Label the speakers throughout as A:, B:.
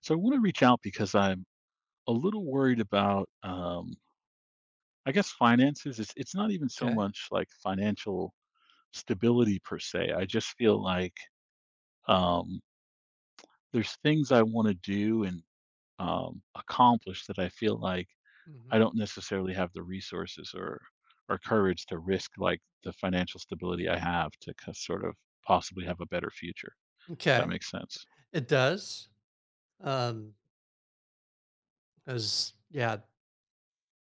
A: So I want to reach out because I'm a little worried about, I guess, finances. It's not even so
B: Okay.
A: much like financial stability per se. I just feel like um, there's things I want to do and accomplish that I feel like I
B: Mhm.
A: don't necessarily have the resources or courage to risk like the financial stability I have to sort of possibly have a better future. If that
B: M'kay.
A: makes sense.
B: It does. Um. As yeah,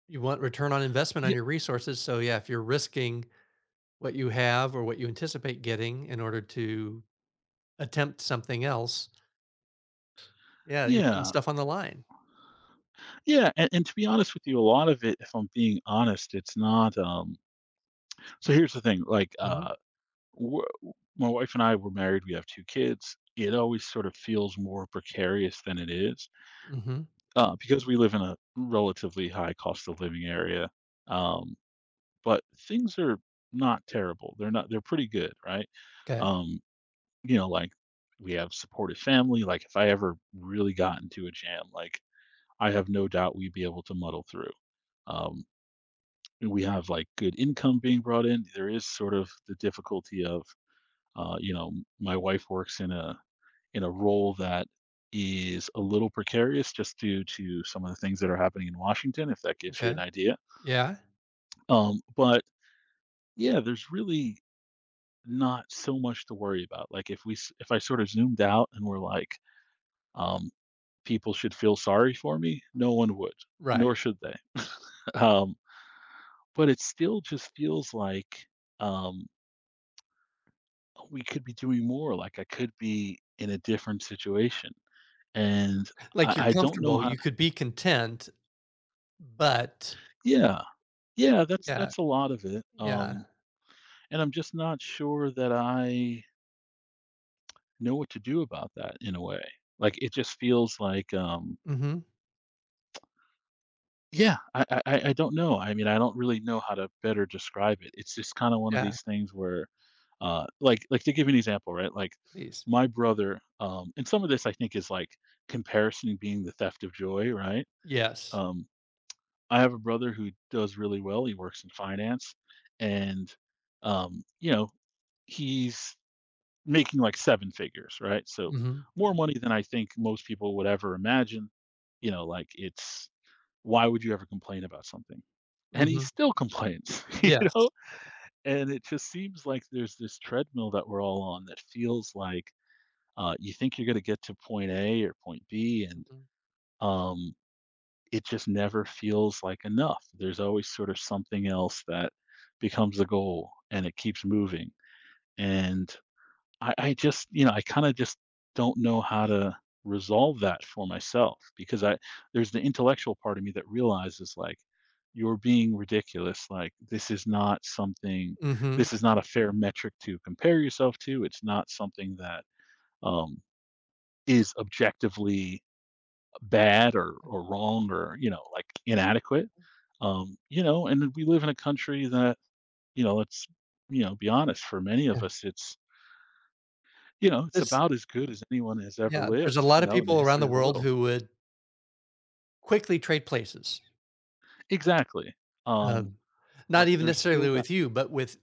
B: you want return on investment on
A: Yeah,
B: your resources, so yeah, if you're risking what you have or what you anticipate getting in order to attempt something else, yeah, you're putting
A: yeah.
B: stuff on the line.
A: Yeah, and to be honest with you, a lot of it, if I'm being honest, it's not. So here's the thing, like,
B: Mhm.
A: w my wife and I were married. We have two kids. It always sort of feels more precarious than it is,
B: Mhm.
A: because we live in a relatively high cost of living area. Um, but things are not terrible. They're not. They're pretty good, right?
B: 'Kay.
A: Um, like we have supportive family. Like if I ever really got into a jam, like I have no doubt we'd be able to muddle through. Um, we have like good income being brought in. There is sort of the difficulty of, uh, you know my wife works in a role that is a little precarious, just due to some of the things that are happening in Washington, if that gives you
B: Okay.
A: an idea.
B: Yeah.
A: But yeah, there's really not so much to worry about. Like, if we if I sort of zoomed out and we're like, um, people should feel sorry for me, no one would,
B: Right.
A: nor should they. um, but it still just feels like, um, we could be doing more. Like, I could be in a different situation, and
B: Like, you're
A: I don't know
B: comfortable,
A: how
B: you
A: to...
B: could be content, but
A: Yeah, yeah, that's
B: yeah,
A: that's a lot of it,
B: yeah.
A: and I'm just not sure that I know what to do about that, in a way. Like, it just feels like,
B: Mhm.
A: yeah, I don't know, I mean, I don't really know how to better describe it. It's just kinda one of
B: Yeah,
A: these things where, like, to give you an example, right, like,
B: please.
A: my brother, and some of this, I think, is, like, comparison being the theft of joy, right?
B: Yes.
A: Um, I have a brother who does really well. He works in finance, and, um, you know, he's making, like, seven figures, right? So,
B: Mhm.
A: more money than I think most people would ever imagine. You know, like, it's Why would you ever complain about something? And he
B: Mhm.
A: still complains, you
B: Yes.
A: know? And it just seems like there's this treadmill that we're all on that feels like, you think you're gonna get to point A or point B, and,
B: Mhm.
A: um it just never feels like enough. There's always sort of something else that becomes the goal and it keeps moving. And I just, I kind of just don't know how to resolve that for myself, because I there's the intellectual part of me that realizes like, you're being ridiculous. Like,
B: Mhm.
A: this is not a fair metric to compare yourself to. It's not something that um is objectively bad or wrong or, like, inadequate. And we live in a country that, it's be honest, for many
B: Yeah.
A: of us, it's it's
B: This
A: about as good as anyone has ever
B: Yeah, there's a
A: lived,
B: lot of
A: in the
B: people around the
A: history of the
B: world
A: world.
B: who would quickly trade places,
A: Exactly. um
B: um, not
A: but
B: even
A: there's
B: necessarily
A: still that.
B: with you, but with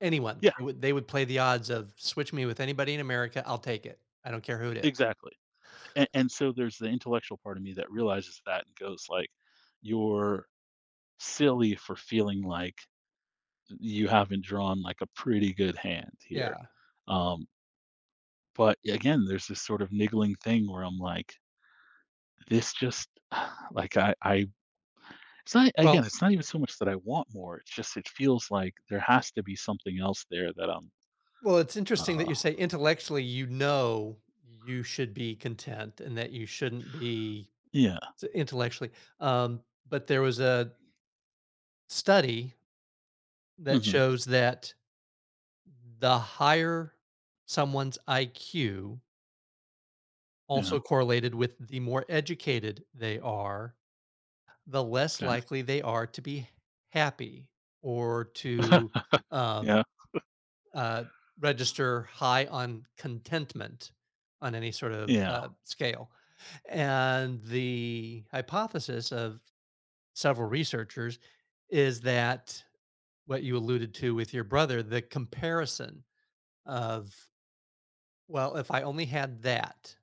B: anyone.
A: Yeah.
B: They would play the odds of switch me with anybody in America. I'll take it. I don't care who it is.
A: Exactly. And so there's the intellectual part of me that realizes that and goes like, you're silly for feeling like you haven't drawn like a pretty good hand
B: Yeah.
A: here. um But again, there's this sort of niggling thing where I'm like, this just like, I it's not, again,
B: Well,
A: it's not even so much that I want more. It's just, it feels like there has to be something else there that I'm...
B: well, it's interesting that
A: uh
B: you say intellectually you know you should be content and that you shouldn't be
A: yeah.
B: intellectually. Um, but there was a study that
A: Hmm.
B: shows that the higher someone's IQ,
A: Yeah.
B: also correlated with the more educated they are, the less
A: Okay.
B: likely they are to be happy or to, um,
A: Yeah.
B: uh, register high on contentment on any sort of,
A: Yeah.
B: scale. And the hypothesis of several researchers is that what you alluded to with your brother, the comparison of, "Well, if I only had that,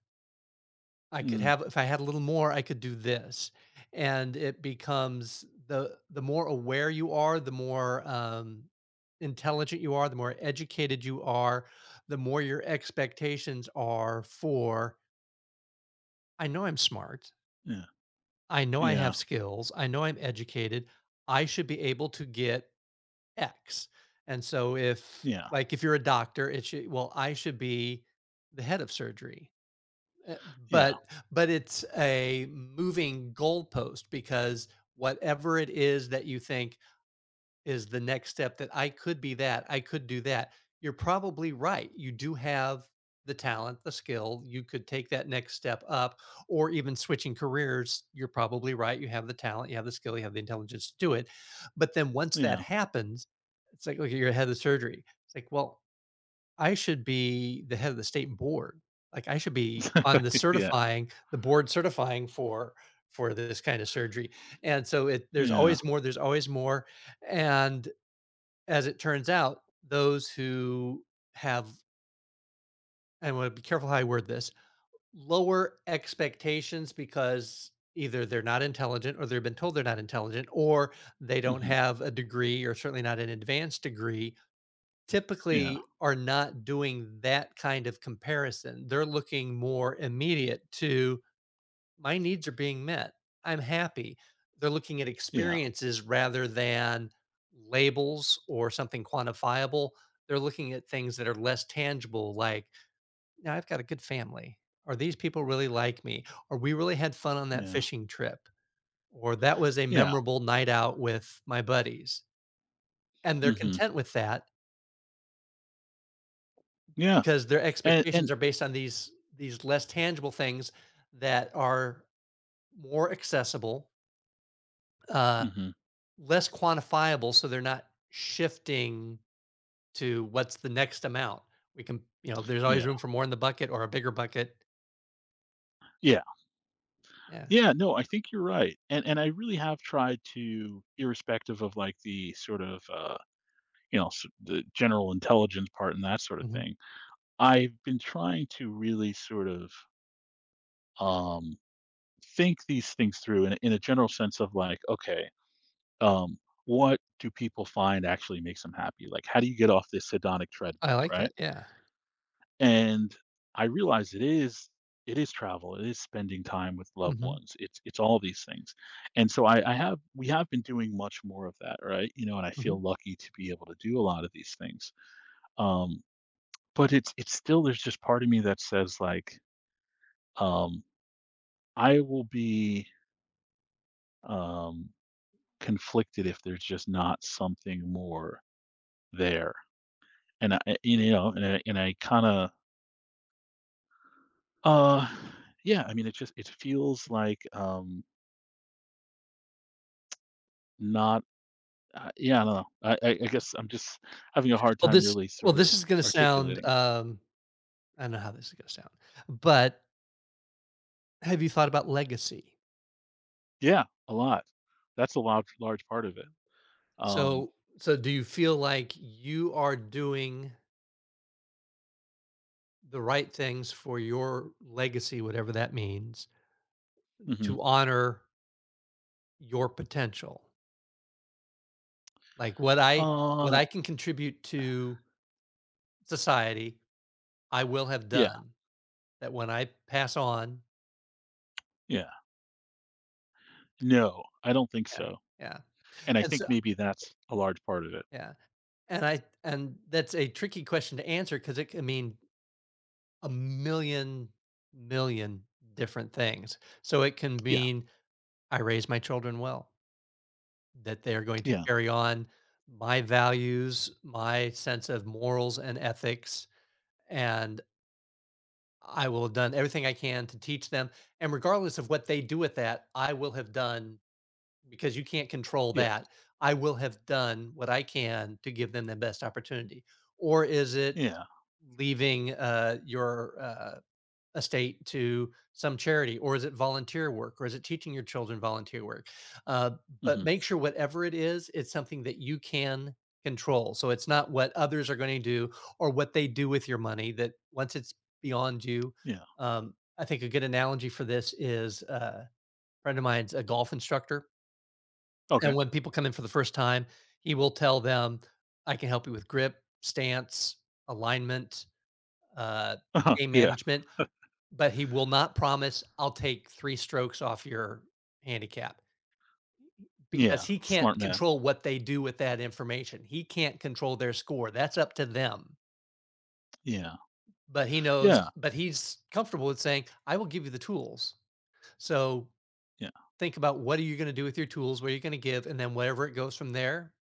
B: I could
A: Mm,
B: have if I had a little more, I could do this." And it becomes the more aware you are, the more intelligent you are, the more educated you are, the more your expectations are for I know I'm smart.
A: yeah.
B: I know I
A: Yeah.
B: have skills. I know I'm educated. I should be able to get X. And so if
A: Yeah.
B: like if you're a doctor, it should well, I should be the head of surgery. Uh, but but it's a moving goalpost because whatever it is that you think is the next step that I could be that, I could do that, you're probably right. You do have the talent, the skill, you could take that next step up, or even switching careers, you're probably right. You have the talent, you have the skill, you have the intelligence to do it. But then once that
A: Yeah.
B: happens, it's like, okay, you're ahead of surgery. It's like, well, I should be the head of the state board. Like, I should be on the
A: Yeah. Yeah.
B: certifying the board certifying for this kind of surgery, and so it
A: Yeah.
B: there's always more, and as it turns out, those who have and I wanna be careful how I word this, lower expectations because either they're not intelligent or they've been told they're not intelligent, or they don't
A: Hmm.
B: have a degree or certainly not an advanced degree
A: Yeah.
B: typically are not doing that kind of comparison. They're looking more immediate to my needs are being met. I'm happy. They're looking at
A: Yeah.
B: experiences rather than labels or something quantifiable. They're looking at things that are less tangible, like, now I've got a good family. Or these people really like me? Or we really had fun on that
A: Yeah.
B: fishing trip? Or that was a
A: Yeah.
B: memorable night out with my buddies. And they're
A: Hmm.
B: content with that.
A: Yeah.
B: Because their
A: And
B: expectations are based on these less tangible things that are more accessible, uh,
A: hmm,
B: less quantifiable, so they're not shifting to what's the next amount. We can you know, there's always
A: yeah.
B: room for more in the bucket or a bigger bucket.
A: Yeah.
B: Yeah.
A: Yeah, no, I think you're right, and I really have tried to, irrespective of, like, the sort of, you know, s the general intelligence part and that sort of
B: Mhm.
A: thing. I've been trying to really sort of, um, think these things through in a general sense of, like, okay, um, what do people find actually makes them happy? Like, how do you get off this hedonic
B: I
A: treadmill,
B: like
A: right?
B: that, yeah.
A: And I realize, it is travel, it is spending time with loved
B: Mhm,
A: ones, it's all these things. And so I have we have been doing much more of that, right? And I
B: mhm,
A: feel lucky to be able to do a lot of these things. Um, but it's still, there's just part of me that says like, um, I will be um conflicted if there's just not something more there. And I eh,
B: mhm.
A: you know, and I kinda... uh yeah, I mean, it just it feels like not... yeah, I don't know. I guess I'm just having a hard time really
B: Well,
A: sort
B: this
A: of
B: is gonna sound,
A: articulating it.
B: I don't know how this is gonna sound, but have you thought about legacy?
A: Yeah, a lot. That's a large part of it. Um,
B: So so do you feel like you are doing the right things for your legacy, whatever that means,
A: mhm.
B: to honor your potential. Like what
A: Uh,
B: I can contribute to society, I will have
A: yeah,
B: done. That when I pass on,
A: yeah. No, I don't think
B: yeah,
A: so.
B: yeah.
A: And I
B: And
A: think
B: so
A: maybe that's a large part of it.
B: yeah. And I and that's a tricky question to answer because it can mean a million million different things. So it can
A: Yeah,
B: mean I raise my children well. That they are going to
A: yeah,
B: carry on my values, my sense of morals and ethics, and I will have done everything I can to teach them. And regardless of what they do with that, I will have done because you can't control
A: yeah,
B: that. I will have done what I can to give them the best opportunity. Or is it
A: yeah.
B: leaving your estate to some charity or is it volunteer work or is it teaching your children volunteer work, uh, but
A: Mhm,
B: make sure whatever it is it's something that you can control so it's not what others are going to do or what they do with your money that once it's beyond you.
A: yeah.
B: I think a good analogy for this is a friend of mine's a golf instructor,
A: Okay.
B: and when people come in for the first time he will tell them I can help you with grip, stance, alignment, uh, game
A: Yeah,
B: management, but he will not promise, "I'll take 3 strokes off your handicap," because
A: yeah.
B: he can't
A: Smart man.
B: control what they do with that information. He can't control their score, that's up to them.
A: Yeah,
B: But he
A: yeah,
B: knows but he's comfortable with saying, "I will give you the tools." So,
A: yeah,
B: think about what are you gonna do with your tools, what are you gonna give, and then whatever it goes from there,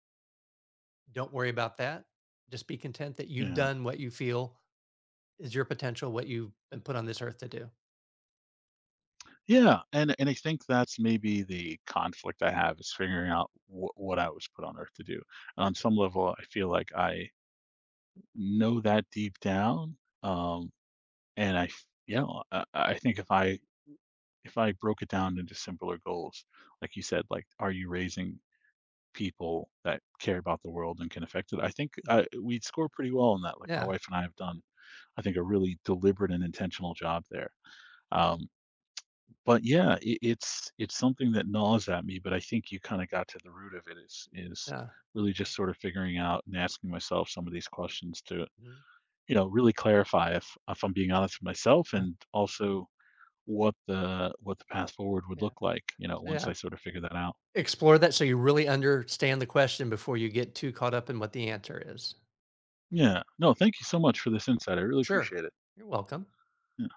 B: don't worry about that. Just be content that you've
A: yeah.
B: done what you feel is your potential, what you've been put on this earth to do.
A: Yeah, and I think that's maybe the conflict I have, is figuring out what I was put on earth to do. And on some level, I feel like I know that deep down. Um, and I f- yeah, I think if I broke it down into simpler goals, like you said, like, are you raising people that care about the world and can affect it? I think,
B: Mhm.
A: we'd score pretty well on that. Like, my
B: Yeah,
A: wife and I have done, I think, a really deliberate and intentional job there. Um, But yeah, it's something that gnaws at me, but I think you kinda got to the root of it, is...
B: yeah.
A: really just sort of figuring out and asking myself some of these questions to,
B: Mhm.
A: really clarify if I'm being honest with myself,
B: Yeah,
A: and also what the path forward would
B: yeah,
A: look like,
B: yeah.
A: once I sort of figure that out.
B: Explore that so you really understand the question before you get too caught up in what the answer is.
A: Yeah. No, thank you so much for this insight. I really
B: Sure.
A: appreciate it.
B: You're welcome.
A: Yeah.